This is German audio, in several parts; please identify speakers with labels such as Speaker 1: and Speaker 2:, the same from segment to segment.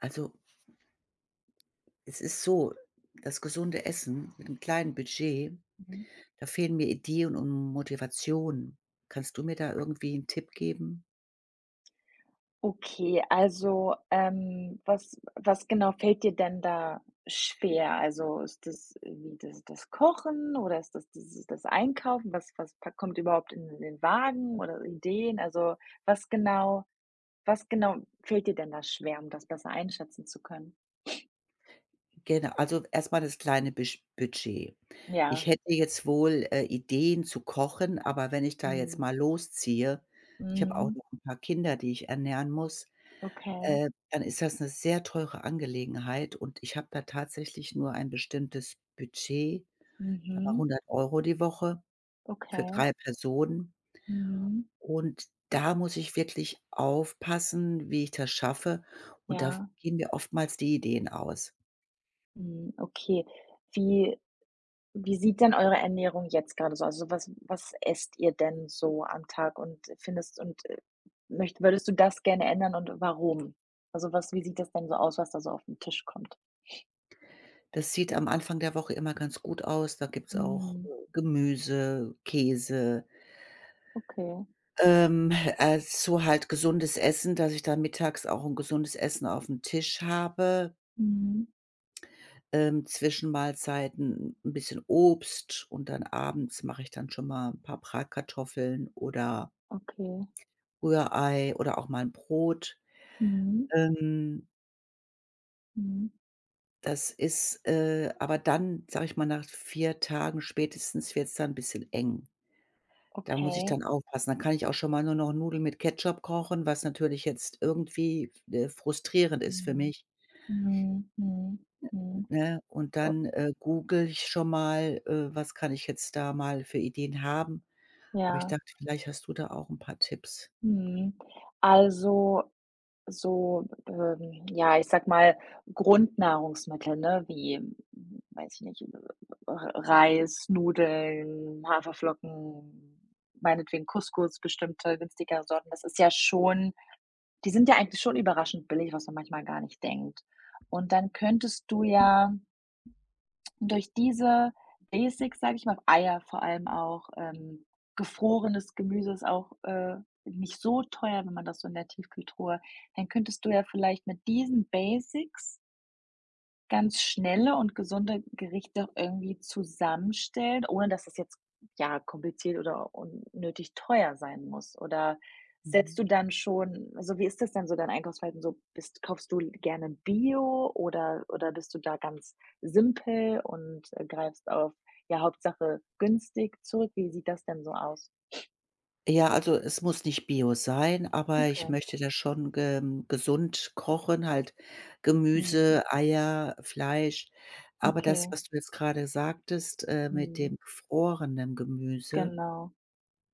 Speaker 1: Also, es ist so, das gesunde Essen mit einem kleinen Budget,
Speaker 2: Mhm.
Speaker 1: da fehlen mir Ideen und Motivation. Kannst du mir da irgendwie 'n Tipp geben?
Speaker 2: Okay, also, was genau fällt dir denn da schwer? Also, ist das irgendwie das Kochen oder ist das Einkaufen? Was was pa kommt überhaupt in den Wagen oder Ideen? Also, was genau was genau fällt dir denn da schwer, um das besser einschätzen zu können?
Speaker 1: Genau, also erst mal das kleine Bisch Budget.
Speaker 2: Ja,
Speaker 1: Ich hätte jetzt wohl, Ideen zu kochen, aber wenn ich da jetzt
Speaker 2: mhm,
Speaker 1: mal losziehe, ich habe auch
Speaker 2: mhm,
Speaker 1: noch 'n paar Kinder, die ich ernähren muss,
Speaker 2: okay,
Speaker 1: dann ist das 'ne sehr teure Angelegenheit und ich habe da tatsächlich nur ein bestimmtes Budget, sagen wir
Speaker 2: mhm,
Speaker 1: 100 € die Woche für
Speaker 2: okay,
Speaker 1: 3 Personen.
Speaker 2: mhm,
Speaker 1: Und da muss ich wirklich aufpassen, wie ich das schaffe. Und da
Speaker 2: ja,
Speaker 1: gehen mir oftmals die Ideen aus.
Speaker 2: mhm, okay. Wie Wie sieht denn eure Ernährung jetzt gerade so, also, was esst ihr denn so am Tag, und findest und, möcht würdest du das gerne ändern und warum? Also, was wie sieht das denn so aus, was da so auf 'n Tisch kommt?
Speaker 1: Das sieht am Anfang der Woche immer ganz gut aus. Da gibt's auch,
Speaker 2: Mhm.
Speaker 1: Gemüse, Käse,
Speaker 2: Okay.
Speaker 1: ähm, so halt gesundes Essen, dass ich dann mittags auch ein gesundes Essen auf dem Tisch habe.
Speaker 2: Mhm.
Speaker 1: Zwischenmahlzeiten ein bisschen Obst und dann abends mache ich dann schon mal 'n paar Bratkartoffeln oder
Speaker 2: Okay.
Speaker 1: Rührei oder auch mal ein Brot.
Speaker 2: Mhm.
Speaker 1: Ähm
Speaker 2: Mhm.
Speaker 1: Das ist, aber dann, sage ich mal, nach 4 Tagen spätestens wird es dann 'n bisschen eng. Da muss ich
Speaker 2: Okay.
Speaker 1: dann aufpassen. Dann kann ich auch schon mal nur noch Nudeln mit Ketchup kochen, was natürlich jetzt irgendwie, frustrierend ist für
Speaker 2: Mhm.
Speaker 1: mich,
Speaker 2: Mhm. Mhm. Mhm.
Speaker 1: ne? Und
Speaker 2: O-
Speaker 1: dann, google ich schon mal, was kann ich jetzt da mal für Ideen haben. Aber ich
Speaker 2: Ja.
Speaker 1: dachte, vielleicht hast du da auch 'n paar Tipps.
Speaker 2: Mhm. Also So, ja, ich sag mal, Grundnahrungsmittel, ne, wie, weiß ich nicht, R Reis, Nudeln, Haferflocken, meinetwegen Couscous, bestimmte günstigere Sorten. Das ist ja schon die sind ja eigentlich schon überraschend billig, was man manchmal gar nicht denkt. Und dann könntest du ja und durch diese Basics, sage ich mal, Eier vor allem auch, gefrorenes Gemüse ist auch, nicht so teuer, wenn man das so in der Tiefkühltruhe, dann könntest du ja vielleicht mit diesen Basics ganz schnelle und gesunde Gerichte irgendwie zusammenstellen, ohne dass das jetzt, ja, kompliziert oder unnötig teuer sein muss. Oder setzt
Speaker 1: Mhm.
Speaker 2: du dann schon, also, wie ist das denn so, dein Einkaufsverhalten so? Bist kaufst du gerne Bio, oder bist du da ganz simpel und, greifst auf, ja, Hauptsache günstig zurück? Wie sieht das denn so aus?
Speaker 1: Ja, also es muss nicht Bio sein, aber ich
Speaker 2: Okay.
Speaker 1: möchte da schon gem gesund kochen, halt
Speaker 2: Mhm.
Speaker 1: Gemüse, Eier, Fleisch. Aber das,
Speaker 2: Okay.
Speaker 1: was du jetzt gerade sagtest, mit
Speaker 2: Mhm.
Speaker 1: dem gefrorenen Gemüse,
Speaker 2: Genau.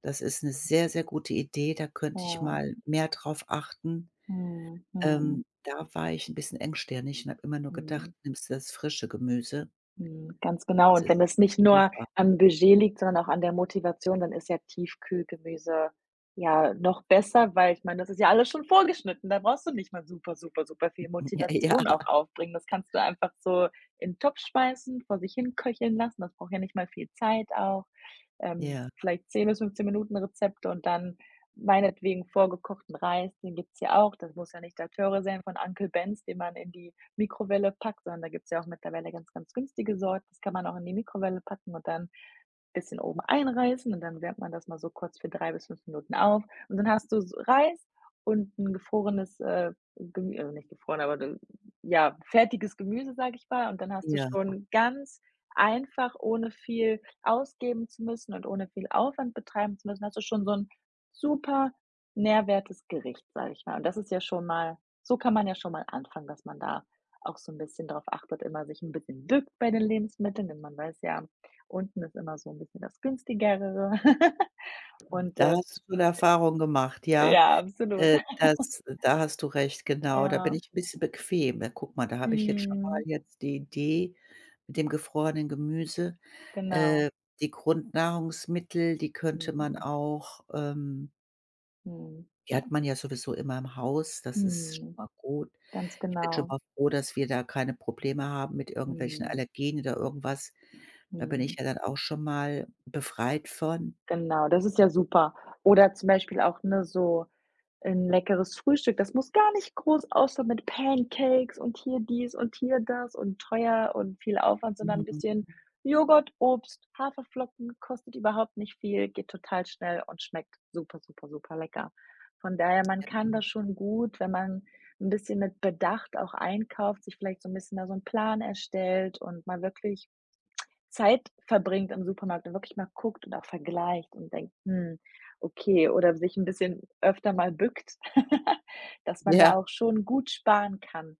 Speaker 1: das ist eine sehr, sehr gute Idee. Da könnte ich
Speaker 2: Ja.
Speaker 1: mal mehr drauf achten.
Speaker 2: Mhm. Mhm.
Speaker 1: Da war ich ein bisschen engstirnig und habe immer nur gedacht,
Speaker 2: Mhm.
Speaker 1: nimmst du das frische Gemüse.
Speaker 2: Mhm, ganz genau.
Speaker 1: Das
Speaker 2: Und wenn
Speaker 1: ist
Speaker 2: das nicht nur
Speaker 1: super.
Speaker 2: am Budget liegt, sondern auch an der Motivation, dann ist ja Tiefkühlgemüse ja noch besser, weil ich meine, das ist ja alles schon vorgeschnitten. Da brauchst du nicht mal super, super, super viel
Speaker 1: Ja,
Speaker 2: Motivation auch aufbringen. Das kannst du einfach so in 'n Topf schmeißen, vor sich hin köcheln lassen. Das braucht ja nicht mal viel Zeit auch,
Speaker 1: ja,
Speaker 2: vielleicht 10 bis 15 Minuten Rezepte, und dann meinetwegen vorgekochten Reis, den gibt's ja auch. Das muss ja nicht der Teure sein von Uncle Ben's, den man in die Mikrowelle packt, sondern da gibt's ja auch mittlerweile ganz, ganz günstige Sorten. Das kann man auch in die Mikrowelle packen, und dann bisschen oben einreißen, und dann wärmt man das mal so kurz für 3 bis 5 Minuten auf, und dann hast du s Reis und 'n gefrorenes, Gemü also nicht gefroren, aber d ja, fertiges Gemüse, sage ich mal, und dann hast du
Speaker 1: ja.
Speaker 2: schon ganz einfach, ohne viel ausgeben zu müssen und ohne viel Aufwand betreiben zu müssen, hast du schon so ein super nährwertes Gericht, sage ich mal. Und das ist ja schon mal so kann man ja schon mal anfangen, dass man da auch so ein bisschen darauf achtet, immer sich ein bisschen bückt bei den Lebensmitteln, denn man weiß ja, unten ist immer so 'n bisschen das günstigere und,
Speaker 1: Da hast du schon Erfahrung gemacht, ja?
Speaker 2: ja, absolut.
Speaker 1: Das Da hast du recht, genau. Da bin
Speaker 2: Ja.
Speaker 1: ich 'n bisschen bequem. Na, guck mal, da habe ich jetzt schon mal
Speaker 2: Mhm.
Speaker 1: jetzt die Idee mit dem gefrorenen Gemüse.
Speaker 2: Genau.
Speaker 1: Äh, Die Grundnahrungsmittel, die könnte man
Speaker 2: Mhm.
Speaker 1: auch,
Speaker 2: Mhm.
Speaker 1: die hat man ja sowieso immer im Haus, das ist schon
Speaker 2: Mhm.
Speaker 1: mal gut.
Speaker 2: Ganz
Speaker 1: Ich bin schon
Speaker 2: genau.
Speaker 1: mal froh, dass wir da keine Probleme haben mit irgendwelchen
Speaker 2: Mhm.
Speaker 1: Allergien oder irgendwas. Da bin ich
Speaker 2: Mhm.
Speaker 1: ja dann auch schon mal befreit von.
Speaker 2: Genau, das ist ja super. Oder zum Beispiel auch, ne, so ein leckeres Frühstück. Das muss gar nicht groß ausschauen mit Pancakes und hier dies und hier das und teuer und viel Aufwand, sondern ein
Speaker 1: Mhm.
Speaker 2: bisschen Joghurt, Obst, Haferflocken, kostet überhaupt nicht viel, geht total schnell und schmeckt super, super, super lecker. Von daher, man kann das schon gut, wenn man ein bisschen mit Bedacht auch einkauft, sich vielleicht so ein bisschen da so 'n Plan erstellt und mal wirklich Zeit verbringt im Supermarkt und wirklich mal guckt und auch vergleicht und denkt: „Hm, okay", oder sich ein bisschen öfter mal bückt, dass man
Speaker 1: Ja,
Speaker 2: da auch schon gut sparen kann.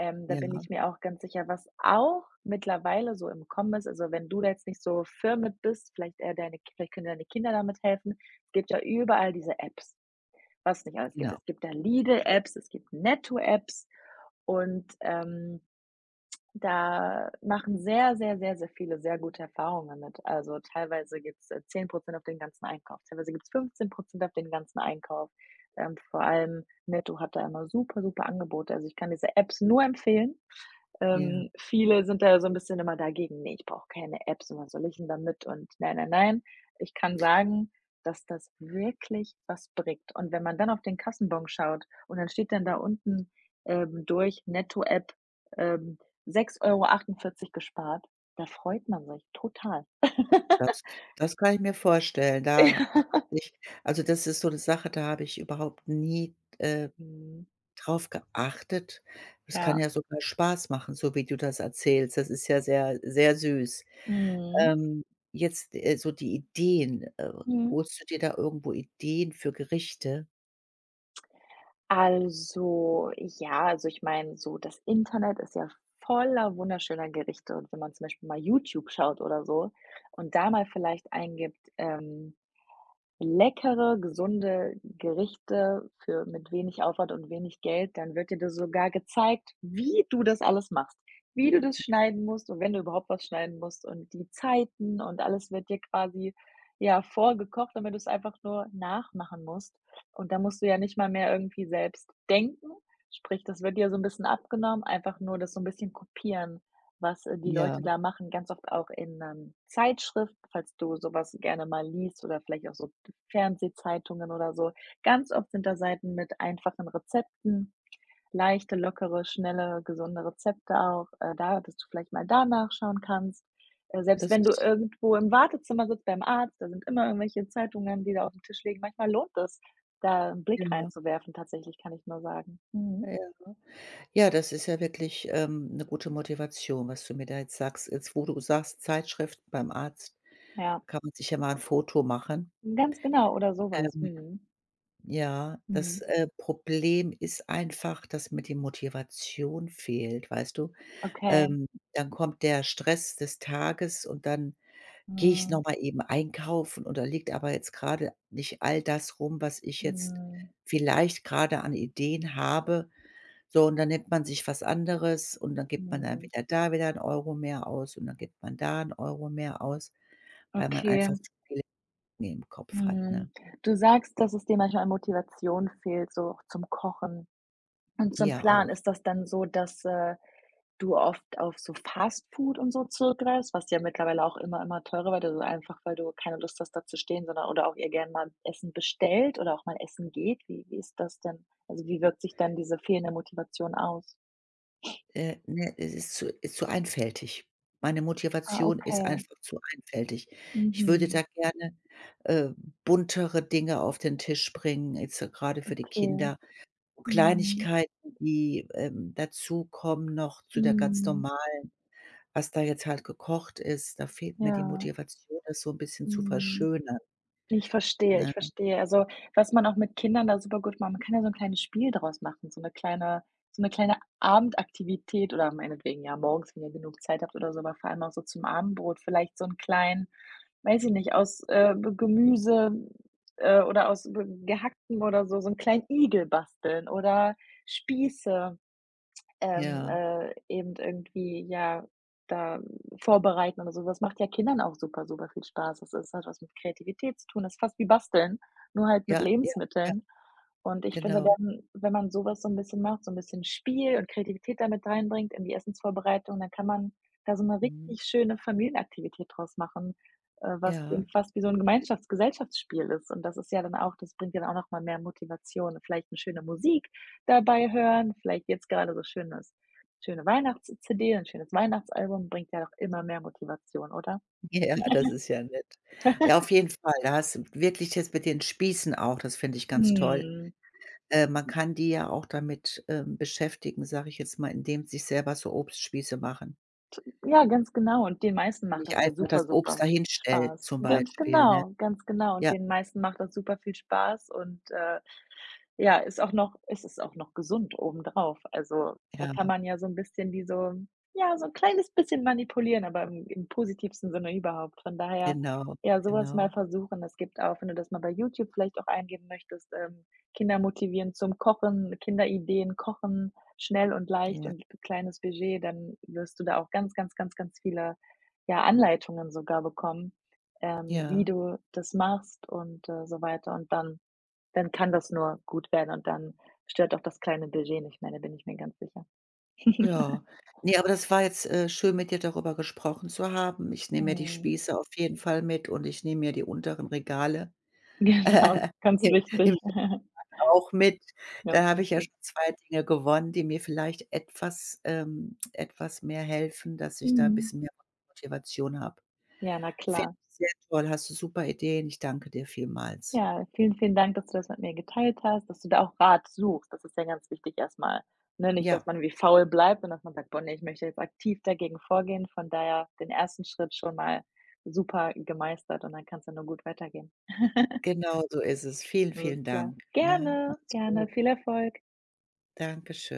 Speaker 2: Da
Speaker 1: ja,
Speaker 2: bin ich mir auch ganz sicher. Was auch mittlerweile so im Kommen ist, also, wenn du da jetzt nicht so firm mit bist, vielleicht können deine Kinder damit helfen. Es gibt ja überall diese Apps, was es nicht alles gibt.
Speaker 1: genau,
Speaker 2: Es gibt da Lidl-Apps, es gibt Netto-Apps und, da machen sehr, sehr, sehr, sehr viele sehr gute Erfahrungen mit. Also, teilweise gibt's, 10% auf den ganzen Einkauf, teilweise gibt's 15% auf den ganzen Einkauf. Vor allem Netto hat da immer super, super Angebote. Also, ich kann diese Apps nur empfehlen.
Speaker 1: ja.
Speaker 2: Viele sind da so ein bisschen immer dagegen: „Ne, ich brauche keine Apps, und was soll ich denn damit?" Und nein, nein, nein. Ich kann sagen, dass das wirklich was bringt. Und wenn man dann auf den Kassenbon schaut und dann steht dann da unten, durch Netto-App, ähm, 6,48 € gespart, da freut man sich total.
Speaker 1: Das das kann ich mir vorstellen. Da
Speaker 2: Ja.
Speaker 1: hatte ich, also, das ist so 'ne Sache, da habe ich überhaupt nie,
Speaker 2: Mhm.
Speaker 1: drauf geachtet. Es kann
Speaker 2: Ja.
Speaker 1: ja sogar Spaß machen, so wie du das erzählst. Das ist ja sehr, sehr süß.
Speaker 2: Mhm.
Speaker 1: Ähm, jetzt, so die Ideen,
Speaker 2: Mhm.
Speaker 1: holst du dir da irgendwo Ideen für Gerichte?
Speaker 2: Also, ja, also, ich meine, so, das Internet ist ja voller wunderschöner Gerichte, und wenn man zum Beispiel mal YouTube schaut oder so und da mal vielleicht eingibt, leckere, gesunde Gerichte für mit wenig Aufwand und wenig Geld, dann wird dir das sogar gezeigt, wie du das alles machst, wie du das schneiden musst und wenn du überhaupt was schneiden musst, und die Zeiten und alles wird dir quasi, ja, vorgekocht, damit du es einfach nur nachmachen musst. Und da musst du ja nicht mal mehr irgendwie selbst denken, sprich, das wird dir so ein bisschen abgenommen, einfach nur das so ein bisschen kopieren, was, die
Speaker 1: Ja,
Speaker 2: Leute da machen, ganz oft auch in, Zeitschriften, falls du sowas gerne mal liest, oder vielleicht auch so Fernsehzeitungen oder so. Ganz oft sind da Seiten mit einfachen Rezepten, leichte, lockere, schnelle, gesunde Rezepte auch, da dass du vielleicht mal da nachschauen kannst. Selbst
Speaker 1: das
Speaker 2: wenn du
Speaker 1: ist
Speaker 2: irgendwo im Wartezimmer sitzt beim Arzt, da sind immer irgendwelche Zeitungen, die da auf dem Tisch liegen. Manchmal lohnt es, da einen
Speaker 1: ja,
Speaker 2: Blick
Speaker 1: ja.
Speaker 2: reinzuwerfen, tatsächlich, kann ich nur sagen. Mhm,
Speaker 1: Ja, ja, das ist ja wirklich, 'ne gute Motivation, was du mir da jetzt sagst. Jetzt, wo du sagst, Zeitschrift beim Arzt, da
Speaker 2: ja.
Speaker 1: kann man sich ja mal 'n Foto machen.
Speaker 2: Ganz genau, oder sowas.
Speaker 1: Ähm,
Speaker 2: Mhm.
Speaker 1: ja, das,
Speaker 2: Mhm.
Speaker 1: Problem ist einfach, dass mir die Motivation fehlt, weißt du?
Speaker 2: Okay.
Speaker 1: Ähm, dann kommt der Stress des Tages und dann gehe ich noch
Speaker 2: Mhm.
Speaker 1: mal eben einkaufen und da liegt aber jetzt gerade nicht all das rum, was ich jetzt
Speaker 2: Mhm.
Speaker 1: vielleicht gerade an Ideen habe. So, und dann nimmt man sich was anderes und dann gibt man dann
Speaker 2: Mhm.
Speaker 1: wieder 'n € mehr aus und dann gibt man da 'n € mehr aus, weil man
Speaker 2: Okay.
Speaker 1: einfach Schulden im Kopf hat, ne?
Speaker 2: Mhm. Du sagst, dass es dir manchmal an Motivation fehlt, so auch zum Kochen und zum
Speaker 1: Ja,
Speaker 2: Planen.
Speaker 1: auch.
Speaker 2: Ist das dann so, dass, du oft auf so Fast Food und so zurückgreifst, was ja mittlerweile auch immer, immer teurer wird, also einfach, weil du keine Lust hast, da zu stehen, sondern oder auch ihr gerne mal Essen bestellt oder auch mal essen geht? Wie ist das denn? Also, wie wirkt sich dann diese fehlende Motivation aus?
Speaker 1: Ne, es ist zu einfältig. Meine
Speaker 2: Ah,
Speaker 1: Motivation ist
Speaker 2: okay.
Speaker 1: einfach zu einfältig. Ich würde da
Speaker 2: Mhm.
Speaker 1: gerne, äh, buntere Dinge auf den Tisch bringen, jetzt so grade für die
Speaker 2: Okay.
Speaker 1: Kinder.
Speaker 2: Mhm.
Speaker 1: Kleinigkeiten, die, dazukommen noch zu der ganz
Speaker 2: Mhm.
Speaker 1: normalen, was da jetzt halt gekocht ist. Da fehlt mir die
Speaker 2: Ja.
Speaker 1: Motivation, das so ein bisschen zu
Speaker 2: Mhm.
Speaker 1: verschönern,
Speaker 2: Ich verstehe, ich
Speaker 1: ne?
Speaker 2: verstehe. Also, was man auch mit Kindern da super gut macht, man kann ja so 'n kleines Spiel draus machen, so 'ne kleine Abendaktivität, oder meinetwegen ja morgens, wenn ihr genug Zeit habt oder so, aber vor allem auch so zum Abendbrot vielleicht so 'n kleinen, weiß ich nicht, aus, B Gemüse, oder aus Be Gehacktem oder so, so 'n kleinen Igel basteln oder Spieße,
Speaker 1: Ja,
Speaker 2: eben irgendwie, ja, da vorbereiten oder so. Das macht ja Kindern auch super, super viel Spaß. Das ist hat was mit Kreativität zu tun. Das ist fast wie Basteln, nur halt
Speaker 1: ja,
Speaker 2: mit
Speaker 1: ja, ja,
Speaker 2: Lebensmitteln. Und ich finde
Speaker 1: genau.
Speaker 2: dann, wenn man sowas so ein bisschen macht, so ein bisschen Spiel und Kreativität damit reinbringt in die Essensvorbereitung, dann kann man da so eine
Speaker 1: Mhm,
Speaker 2: richtig schöne Familienaktivität draus machen, was
Speaker 1: ja.
Speaker 2: eben fast wie so ein Gemeinschafts Gesellschaftsspiel ist. Das bringt ja dann auch noch mal mehr Motivation, vielleicht eine schöne Musik dabei hören. Vielleicht jetzt gerade so schöne Weihnachts-CD, ein schönes Weihnachtsalbum bringt ja doch immer mehr Motivation, oder?
Speaker 1: Ja, das ist ja nett. Ja, auf jeden Fall. Da hast du wirklich jetzt mit den Spießen auch, das finde ich ganz toll.
Speaker 2: Mhm.
Speaker 1: Man kann die ja auch damit, beschäftigen, sage ich jetzt mal, indem sich selber so Obstspieße machen.
Speaker 2: Ja, ganz genau, und den meisten macht
Speaker 1: Nicht
Speaker 2: das ja
Speaker 1: einfach das
Speaker 2: super,
Speaker 1: Obst
Speaker 2: super
Speaker 1: da
Speaker 2: Spaß.
Speaker 1: zum
Speaker 2: Ganz
Speaker 1: Beispiel, ne?
Speaker 2: genau, ganz genau, und
Speaker 1: Ja,
Speaker 2: den meisten macht das super viel Spaß und, ja, ist auch noch gesund obendrauf. Also, da
Speaker 1: ja,
Speaker 2: kann man ja so ein bisschen, wie so, ja, so ein kleines bisschen manipulieren, aber im positivsten Sinne überhaupt. Von daher,
Speaker 1: genau,
Speaker 2: ja, sowas mal
Speaker 1: genau.
Speaker 2: versuchen. Es gibt auch, wenn du das mal bei YouTube vielleicht auch eingeben möchtest, Kinder motivieren zum Kochen, Kinderideen kochen, schnell und leicht
Speaker 1: Ja,
Speaker 2: und kleines Budget, dann wirst du da auch ganz, ganz, ganz, ganz viele, ja, Anleitungen sogar bekommen, wie
Speaker 1: ja,
Speaker 2: du das machst und, so weiter. Und dann kann das nur gut werden, und dann stört auch das kleine Budget nicht mehr, da bin ich mir ganz sicher.
Speaker 1: ja. Ne, aber das war jetzt, schön, mit dir darüber gesprochen zu haben. Ich nehme mir die
Speaker 2: Mhm.
Speaker 1: Spieße auf jeden Fall mit und ich nehme mir die unteren Regale
Speaker 2: Genau, ganz wichtig.
Speaker 1: im auch mit.
Speaker 2: Ganz
Speaker 1: Da habe ich ja
Speaker 2: wichtig.
Speaker 1: schon 2 Dinge gewonnen, die mir vielleicht etwas, etwas mehr helfen, dass ich da 'n
Speaker 2: Mhm.
Speaker 1: bisschen mehr Motivation habe.
Speaker 2: Ja, na
Speaker 1: Finde
Speaker 2: klar.
Speaker 1: ich sehr toll, hast du super Ideen. Ich danke dir vielmals.
Speaker 2: Ja, vielen, vielen Dank, dass du das mit mir geteilt hast, dass du da auch Rat suchst. Das ist ja ganz wichtig erstmal, ne? Nicht, dass
Speaker 1: Ja,
Speaker 2: man wie faul bleibt und dass man sagt: „Boah, ne, ich möchte jetzt aktiv dagegen vorgehen." Von daher, den ersten Schritt schon mal super gemeistert, und dann kann es ja nur gut weitergehen.
Speaker 1: genau so ist es. Vielen,
Speaker 2: Alles
Speaker 1: vielen
Speaker 2: klar.
Speaker 1: Dank, ne?
Speaker 2: Gerne,
Speaker 1: Mach's
Speaker 2: gerne.
Speaker 1: gut.
Speaker 2: Viel Erfolg.
Speaker 1: Dankeschön.